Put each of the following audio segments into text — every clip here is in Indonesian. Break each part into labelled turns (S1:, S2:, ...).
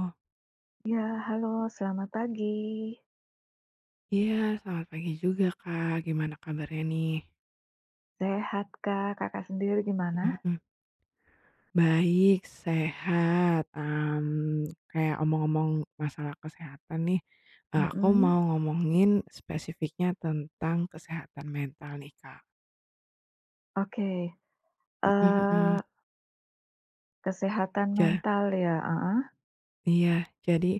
S1: Oh,
S2: Ya, halo selamat pagi.
S1: iya Selamat pagi juga Kak, gimana kabarnya nih?
S2: Sehat, Kak. Kakak sendiri gimana?
S1: Mhm mhm. Baik, sehat. Kayak omong-omong masalah kesehatan nih, aku
S2: Mhm,
S1: mau ngomongin spesifiknya tentang kesehatan mental nih Kak.
S2: oke.
S1: Mhm mhm.
S2: Eee, kesehatan
S1: Ja
S2: mental ya, heeh.
S1: iya, jadi,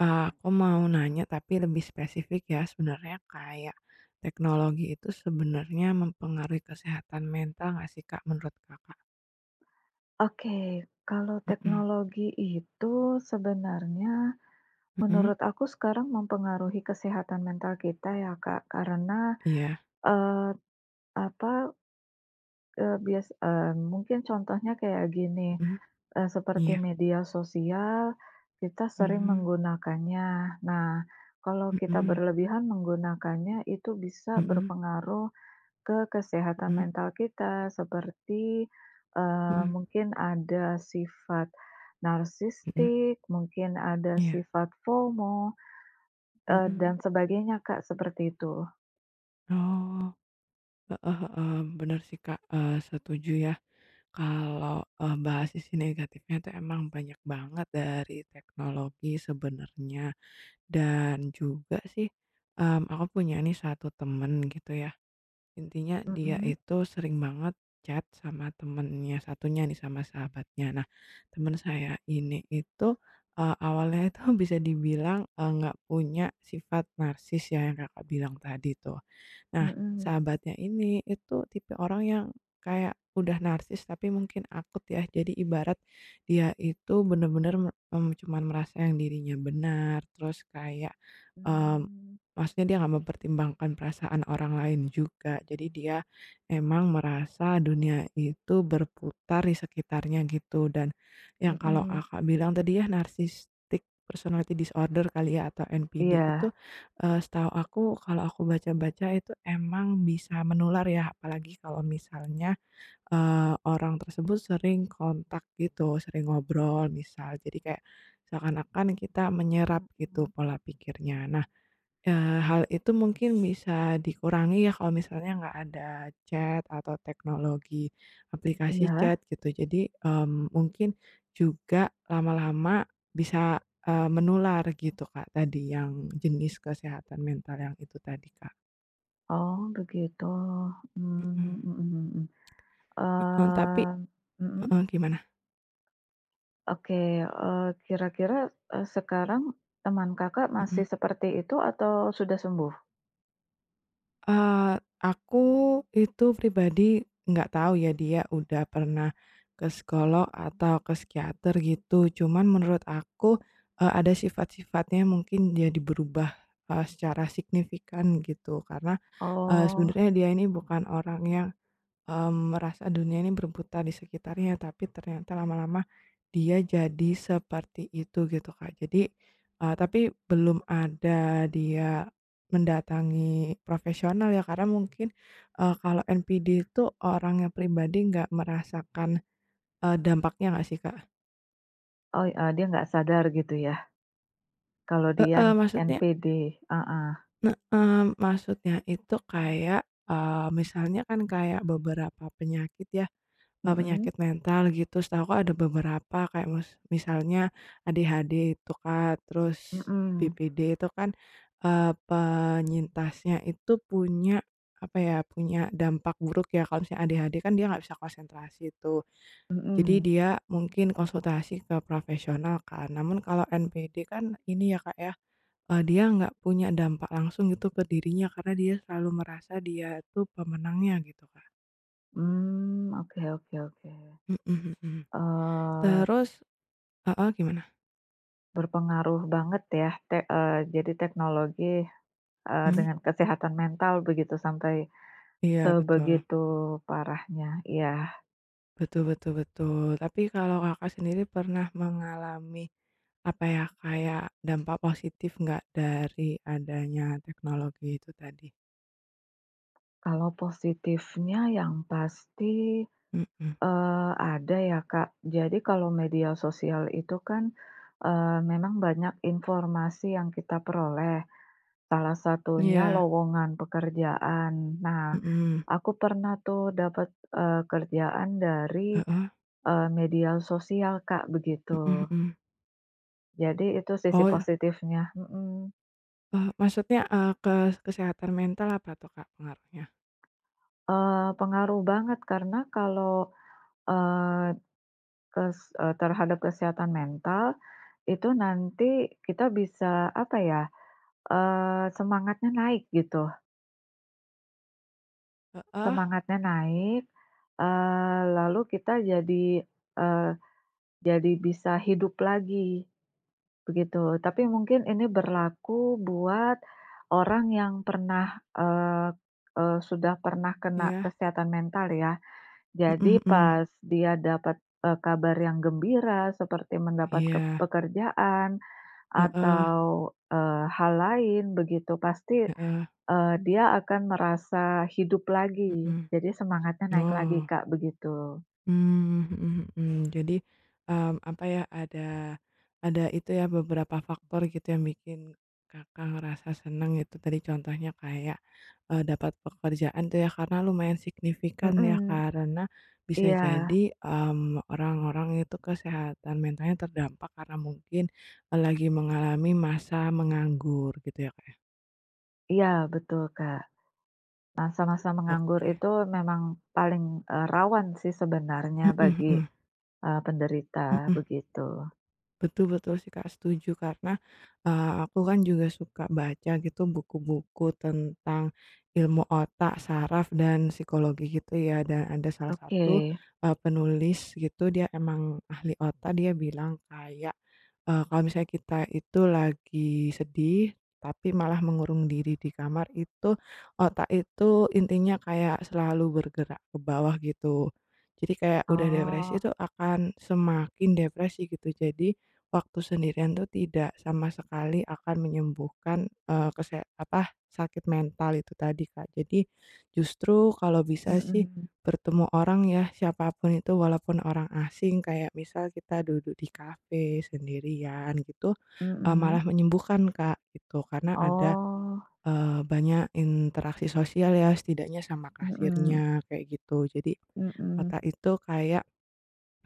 S1: aku mau nanya tapi lebih spesifik ya, sebenarnya kayak teknologi itu sebenarnya mempengaruhi kesehatan mental nggak sih Kak, menurut Kakak?
S2: Oke, kalau
S1: Mhm.
S2: teknologi itu sebenarnya
S1: Mhm.
S2: menurut aku sekarang mempengaruhi kesehatan mental kita ya, Kak, karena,
S1: Iya,
S2: eee, apa, mungkin contohnya kayak gini.
S1: mhm.
S2: Seperti
S1: Iya,
S2: media sosial, kita sering
S1: mmm,
S2: menggunakannya. Nah, kalau kita
S1: mhm
S2: berlebihan menggunakannya, itu bisa
S1: mhm
S2: berpengaruh ke kesehatan
S1: mhm
S2: mental kita, seperti,
S1: mhm
S2: mungkin ada sifat
S1: mhm,
S2: narsistik, mungkin ada
S1: iya,
S2: sifat FOMO, dan
S1: mhm.
S2: sebagainya, Kak, seperti itu.
S1: Oh, heeh heeh, bener sih Kak. Setuju ya kalau, bahas sisi negatifnya tuh emang banyak banget dari teknologi sebenernya. Dan juga sih, aku punya nih satu temen gitu ya. Intinya dia
S2: Mhm.
S1: itu sering banget chat sama temennya satunya nih, sama sahabatnya. Nah, temen saya ini itu, awalnya itu bisa dibilang, nggak punya sifat narsis ya, yang Kakak bilang tadi tuh. Nah,
S2: Mhm.
S1: sahabatnya ini itu tipe orang yang kayak udah narsis tapi mungkin akut ya. Jadi ibarat dia itu bener-bener, cuman merasa yang dirinya benar. Terus kayak, mmm,
S2: Mmm.
S1: maksudnya dia nggak mempertimbangkan perasaan orang lain juga. Jadi dia emang merasa dunia itu berputar di sekitarnya gitu, dan yang kalau
S2: Mhm.
S1: Kakak bilang tadi ya, narcissistic personality disorder kali ya, atau NPD gitu.
S2: Iya.
S1: Setahu aku, kalau aku baca-baca, itu emang bisa menular ya, apalagi kalau misalnya, orang tersebut sering kontak gitu, sering ngobrol misal. Jadi kayak seakan-akan kita menyerap gitu
S2: Mhm.
S1: pola pikirnya. Nah, hal itu mungkin bisa dikurangi ya kalau misalnya nggak ada chat atau teknologi aplikasi
S2: Iya.
S1: chat gitu. Jadi, mungkin juga lama-lama bisa, menular gitu, Kak, tadi yang jenis kesehatan mental yang itu tadi, Kak.
S2: Oh, begitu. Mmm,
S1: Mhm.
S2: mhm mhm.
S1: Heeh, tapi
S2: Eh mhm,
S1: heeh, gimana?
S2: oke. Eh, kira-kira, sekarang teman Kakak
S1: Mhm.
S2: masih seperti itu atau sudah sembuh?
S1: Aku itu pribadi nggak tahu ya dia udah pernah ke psikolog atau ke psikiater gitu, cuman menurut aku, ada sifat-sifatnya mungkin jadi berubah, secara signifikan gitu karena,
S2: Oh
S1: sebenarnya dia ini bukan orang yang merasa dunia ini berputar di sekitarnya, tapi ternyata lama-lama dia jadi seperti itu gitu, Kak. Jadi, tapi belum ada dia mendatangi profesional ya, karena mungkin, kalau NPD itu orangnya pribadi nggak merasakan, dampaknya nggak sih, Kak?
S2: oh, dia nggak sadar gitu ya kalau dia
S1: Heeh, maksudnya
S2: NPD? Heeh,
S1: heeh, maksudnya itu kayak, misalnya kan kayak beberapa penyakit ya.
S2: mhm
S1: Penyakit mental gitu, setahu aku ada beberapa kayak misalnya ADHD itu, Kak,
S2: mhm
S1: terus
S2: mhm.
S1: BPD itu kan, penyintasnya itu punya, apa ya, punya dampak buruk ya. Kalau misalnya ADHD kan dia nggak bisa konsentrasi itu, jadi
S2: Hmm.
S1: dia mungkin konsultasi ke profesional kan. Namun kalau NPD kan ini ya, Kak, ya, dia nggak punya dampak langsung gitu ke dirinya, karena dia selalu merasa dia tuh pemenangnya gitu, Kak.
S2: Hmm, oke oke oke.
S1: Mhm mhm.
S2: Eh
S1: Terus heeh, gimana?
S2: berpengaruh banget ya, jadi teknologi,
S1: Mhm,
S2: dengan kesehatan mental begitu sampai
S1: iya betul.
S2: sebegitu parahnya, ya.
S1: Betul betul betul. Tapi kalau Kakak sendiri pernah mengalami, apa ya, kayak dampak positif nggak dari adanya teknologi itu tadi?
S2: Kalau positifnya yang pasti,
S1: Mhm,
S2: ada ya, Kak. Jadi kalau media sosial itu kan, memang banyak informasi yang kita peroleh, salah satunya
S1: iya,
S2: lowongan pekerjaan. Nah,
S1: mhm,
S2: aku pernah tuh dapat kerjaan dari,
S1: heeh,
S2: media sosial, Kak,
S1: mhm
S2: begitu.
S1: mhm.
S2: Jadi itu sisi
S1: Oh,
S2: positifnya, mhm.
S1: maksudnya, ke kesehatan mental apa tuh, Kak, pengaruhnya?
S2: Pengaruh banget karena kalau, eee Kes eee, terhadap kesehatan mental, itu nanti kita bisa apa ya, semangatnya naik gitu,
S1: Heeh,
S2: semangatnya naik, lalu kita jadi, eee, jadi bisa hidup lagi, begitu. Tapi mungkin ini berlaku buat orang yang sudah pernah kena
S1: iya,
S2: kesehatan mental ya. Jadi
S1: mhm mhm.
S2: pas dia dapat, kabar yang gembira seperti mendapat ke
S1: Iya,
S2: pekerjaan
S1: heeh
S2: atau, hal lain begitu pasti,
S1: heeh,
S2: dia akan merasa hidup lagi,
S1: mhm,
S2: jadi semangatnya naik lagi,
S1: oh.
S2: Kak, begitu.
S1: Mhm mhm. Jadi, apa ya, ada itu ya beberapa faktor gitu yang bikin Kakak ngerasa seneng itu tadi, contohnya kayak, dapat pekerjaan tuh ya, karena lumayan signifikan ya,
S2: Mhm,
S1: karena bisa
S2: iya
S1: jadi, orang-orang itu kesehatan mentalnya terdampak karena mungkin, lagi mengalami masa menganggur gitu ya, Kak, ya?
S2: iya betul, Kak. Masa-masa menganggur
S1: Oke,
S2: itu memang paling, rawan sih sebenarnya
S1: mhm
S2: bagi,
S1: mhm,
S2: penderita
S1: mhm.
S2: begitu.
S1: Betul betul sih Kak, setuju karena, aku kan juga suka baca gitu buku-buku tentang ilmu otak, saraf, dan psikologi gitu ya, dan ada salah
S2: Oke,
S1: satu, penulis gitu, dia emang ahli otak. Dia bilang kayak, kalau misalnya kita itu lagi sedih, tapi malah mengurung diri di kamar itu, otak itu intinya kayak selalu bergerak ke bawah gitu. Jadi kayak udah depresi
S2: oh,
S1: itu akan semakin depresi gitu. Jadi waktu sendirian tuh tidak sama sekali akan menyembuhkan, sakit mental itu tadi, Kak. Jadi justru kalau bisa sih
S2: mhm
S1: bertemu orang ya, siapapun itu walaupun orang asing, kayak misal kita duduk di kafe sendirian gitu,
S2: mhm.
S1: malah menyembuhkan, Kak, gitu. Karena ada,
S2: Oh,
S1: banyak interaksi sosial ya, setidaknya sama
S2: mhm
S1: kasirnya, kayak gitu. Jadi
S2: mhm
S1: otak itu kayak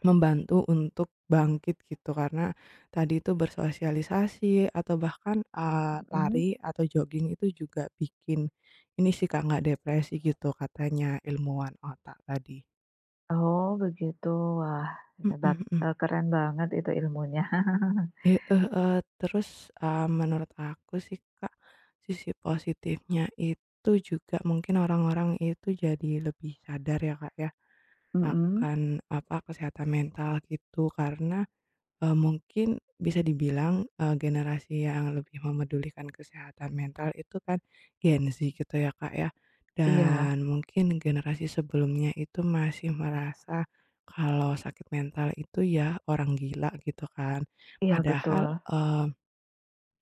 S1: membantu untuk bangkit gitu, karena tadi itu bersosialisasi atau bahkan,
S2: mhm.
S1: lari atau jogging itu juga bikin ini sih Kak, nggak depresi gitu, katanya ilmuwan otak tadi.
S2: Oh begitu. Wah,
S1: Mhm
S2: hebat,
S1: mhm.
S2: keren banget itu ilmunya.
S1: Heeh, terus, menurut aku sih Kak, sisi positifnya itu juga mungkin orang-orang itu jadi lebih sadar ya Kak, ya,
S2: Mhm.
S1: akan apa, kesehatan mental gitu. Karena mungkin bisa dibilang, generasi yang lebih memedulikan kesehatan mental itu kan Gen Z gitu ya, Kak, ya.
S2: Iya
S1: Dan mungkin generasi sebelumnya itu masih merasa kalau sakit mental itu ya orang gila gitu kan.
S2: iya
S1: Padahal,
S2: betul.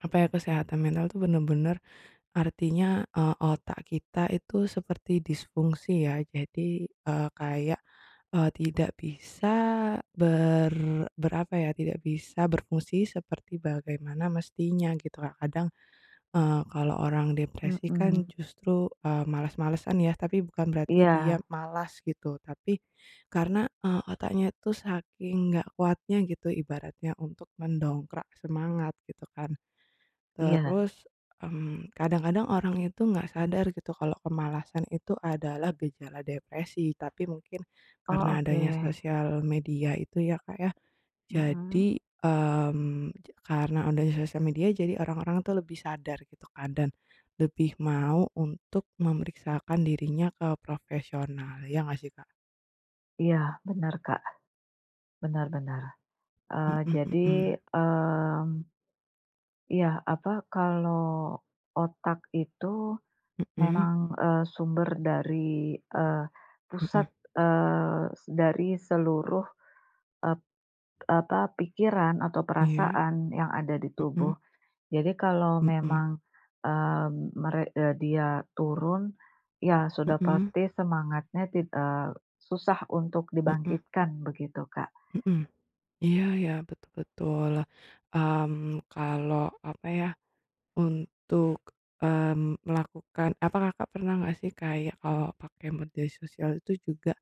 S1: apa ya, kesehatan mental tuh bener-bener artinya, otak kita itu seperti disfungsi ya. Jadi, kayak, tidak bisa ber tidak bisa berfungsi seperti bagaimana mestinya gitu, Kak. Kadang, kalau orang depresi kan
S2: Mhm.
S1: justru, malas-malesan ya, tapi bukan berarti dia
S2: Iya
S1: malas gitu, tapi karena, otaknya itu saking nggak kuatnya gitu ibaratnya, untuk mendongkrak semangat gitu kan.
S2: iya.
S1: Terus, kadang-kadang orang itu nggak sadar gitu kalau kemalasan itu adalah gejala depresi, tapi mungkin
S2: Oh
S1: karena
S2: oke.
S1: adanya sosial media itu ya, Kak, ya,
S2: Mhm.
S1: jadi, mmm, j karena adanya sosial media jadi orang-orang tuh lebih sadar gitu kan, dan lebih mau untuk memeriksakan dirinya ke profesional, ya nggak sih, Kak?
S2: Iya bener, Kak, bener bener.
S1: Mhm
S2: Jadi,
S1: mhm,
S2: mmm, iya apa, kalau otak itu
S1: mhm,
S2: memang, sumber dari, eee,
S1: mhm,
S2: pusat, eee, dari seluruh, apa, pikiran atau
S1: iya,
S2: perasaan yang ada di
S1: mhm,
S2: tubuh. Jadi kalau
S1: mhm, mhm,
S2: memang, eee, dia turun, ya sudah
S1: mhm,
S2: pasti susah untuk
S1: mhm,
S2: dibangkitkan begitu, Kak.
S1: mhm. Iya ya betul betul, kalau apa ya, untuk, melakukan apa, Kakak pernah nggak sih kayak kalau pakai media sosial itu juga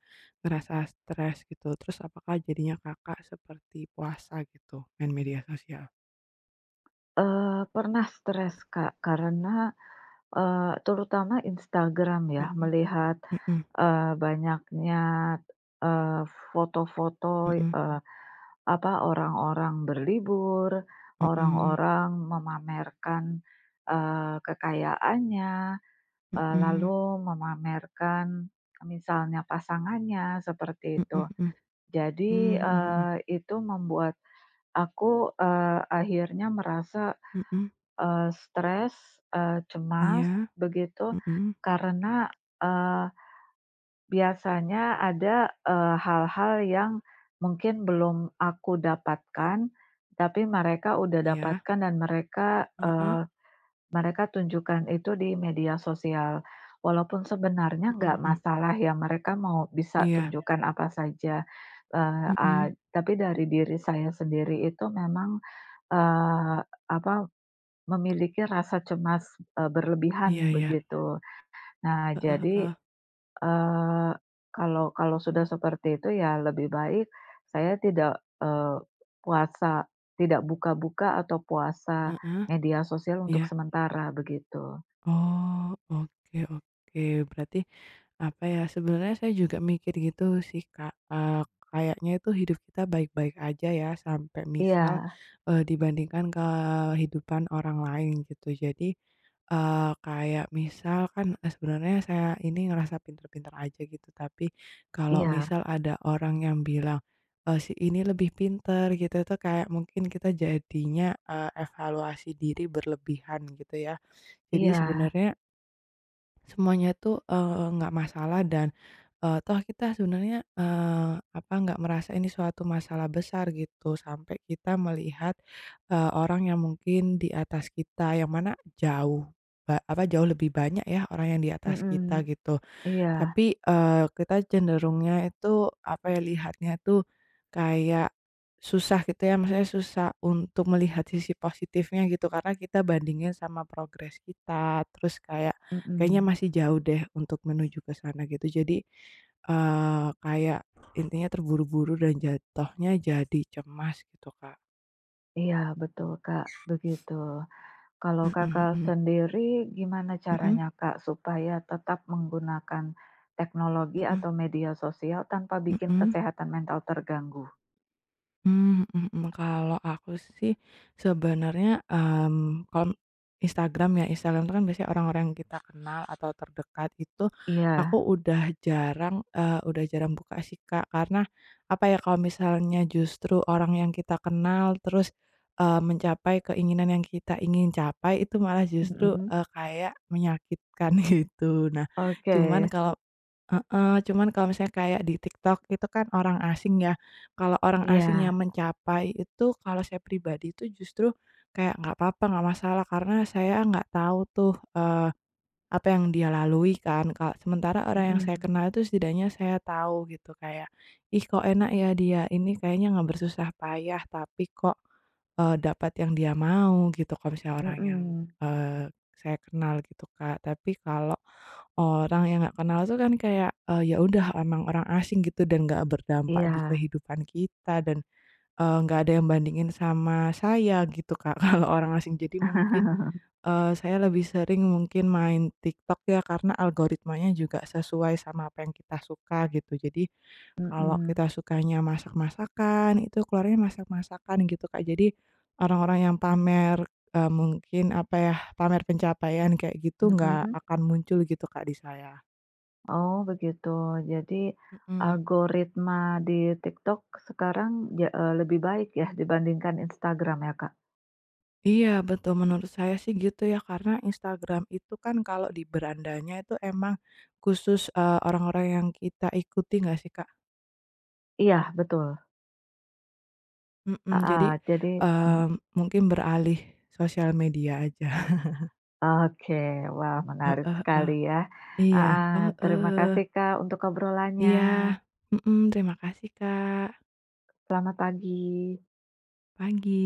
S1: ngerasa stres gitu? Terus apakah jadinya Kakak seperti puasa gitu main media sosial?
S2: Pernah stres, Kak, karena, terutama Instagram ya,
S1: Mhm
S2: melihat,
S1: mhm
S2: banyaknya, eee, foto-foto,
S1: mhm
S2: apa, orang-orang berlibur,
S1: mhm
S2: orang-orang memamerkan, kekayaannya.
S1: mhm
S2: Lalu memamerkan misalnya pasangannya, seperti itu.
S1: mhm mhm,
S2: Jadi,
S1: mhm
S2: itu membuat aku, akhirnya merasa,
S1: mhm mhm,
S2: stres, cemas
S1: iya,
S2: begitu
S1: mhm,
S2: karena, eee, biasanya ada, hal-hal yang mungkin belum aku dapatkan, tapi mereka udah
S1: iya,
S2: dapatkan dan mereka,
S1: heeh,
S2: mereka tunjukkan itu di media sosial, walaupun sebenarnya
S1: mhm
S2: nggak
S1: mhm,
S2: masalah ya, mereka mau bisa
S1: iya,
S2: tunjukkan apa saja, eee, a
S1: mhm,
S2: tapi dari diri saya sendiri itu memang, eee, apa, memiliki rasa cemas,
S1: iya
S2: berlebihan
S1: iya,
S2: begitu. Nah,
S1: heeh
S2: jadi,
S1: heeh,
S2: eee, kalau kalau sudah
S1: mhm.
S2: seperti itu ya lebih baik saya tidak, puasa, tidak buka-buka atau puasa
S1: Heeh,
S2: media sosial untuk
S1: iya.
S2: sementara, begitu.
S1: Oh, oke oke. Berarti, apa ya, sebenarnya saya juga mikir gitu sih, Kak, kayaknya itu hidup kita baik-baik aja ya sampai misal,
S2: Iya
S1: dibandingkan kehidupan orang lain gitu. Jadi, kayak misal kan, sebenarnya saya ini ngerasa pinter-pinter aja gitu, tapi kalau
S2: iya
S1: misal ada orang yang bilang, si ini lebih pinter gitu, itu kayak mungkin kita jadinya, evaluasi diri berlebihan gitu ya. Jadi
S2: iya,
S1: sebenarnya semuanya tuh, nggak masalah, dan, toh kita sebenarnya, apa, nggak merasa ini suatu masalah besar gitu, sampai kita melihat, orang yang mungkin di atas kita, yang mana jauh jauh lebih banyak ya orang yang di atas kita
S2: mhm,
S1: gitu.
S2: iya,
S1: Tapi, kita cenderungnya itu, apa ya, lihatnya tuh kayak susah gitu ya, maksudnya susah untuk melihat sisi positifnya gitu, karena kita bandingin sama progres kita. Terus kayak, "Kayaknya
S2: mhm,
S1: masih jauh deh untuk menuju ke sana," gitu. Jadi, kayak intinya terburu-buru dan jatuhnya jadi cemas gitu, Kak.
S2: iya betul, Kak, begitu. Kalau
S1: Mhm
S2: Kakak
S1: mhm.
S2: sendiri gimana
S1: Mhm
S2: caranya, Kak, supaya tetap menggunakan teknologi
S1: mhm
S2: atau media sosial tanpa
S1: mhm
S2: bikin
S1: mhm.
S2: kesehatan mental terganggu?
S1: Mhm, kalau aku sih sebenarnya, kalau Instagram ya, Instagram itu kan biasanya orang-orang yang kita kenal atau terdekat itu, aku
S2: Iya,
S1: udah jarang, udah jarang buka sih, Kak. Karena apa ya, kalau misalnya justru orang yang kita kenal terus, mencapai keinginan yang kita ingin capai itu malah justru,
S2: mhm,
S1: kayak menyakitkan gitu. Nah,
S2: oke,
S1: cuman kalau heeh, cuman kalau misalnya kayak di TikTok itu kan orang asing ya. Kalau orang asing yang
S2: iya,
S1: mencapai itu, kalau saya pribadi itu justru kayak nggak apa-apa, nggak masalah, karena saya nggak tahu tuh, apa yang dia lalui kan, kalau sementara orang yang saya
S2: mhm,
S1: kenal itu setidaknya saya tahu gitu kayak, "Ih kok enak ya dia ini, kayaknya nggak bersusah payah tapi kok" dapat yang dia mau gitu, kalau misalnya orang yang,
S2: mhm,
S1: eee, saya kenal gitu, Kak. Tapi kalau orang yang nggak kenal tuh kan kayak, ya udah emang orang asing gitu, dan nggak berdampak di
S2: iya.
S1: kehidupan kita, dan, nggak ada yang bandingin sama saya gitu, Kak, kalau orang asing. Jadi mungkin Saya lebih sering mungkin main TikTok ya, karena algoritmanya juga sesuai sama apa yang kita suka gitu. Jadi, kalau
S2: Mhm,
S1: kita sukanya masak-masakan, itu keluarnya masak-masakan gitu, Kak. Jadi, orang-orang yang pamer, mungkin apa ya, pamer pencapaian kayak gitu nggak
S2: mhm.
S1: akan muncul gitu, Kak, di saya.
S2: Oh begitu. Jadi
S1: Mhm.
S2: algoritma di TikTok sekarang lebih baik ya dibandingkan Instagram ya, Kak?
S1: Iya betul, menurut saya sih gitu ya, karena Instagram itu kan kalau di berandanya itu emang khusus, orang-orang yang kita ikuti nggak sih, Kak?
S2: Iya betul,
S1: Mhm, jadi,
S2: heeh, jadi
S1: eee,
S2: mhm,
S1: mungkin beralih sosial media aja.
S2: oke, wah
S1: Heeh
S2: menarik
S1: heeh.
S2: sekali ya.
S1: Iya,
S2: Mhm. Terima
S1: heeh.
S2: kasih, Kak, untuk obrolannya.
S1: Iya,
S2: Mhm.
S1: mhm, terima kasih Kak,
S2: Selamat pagi.
S1: pagi.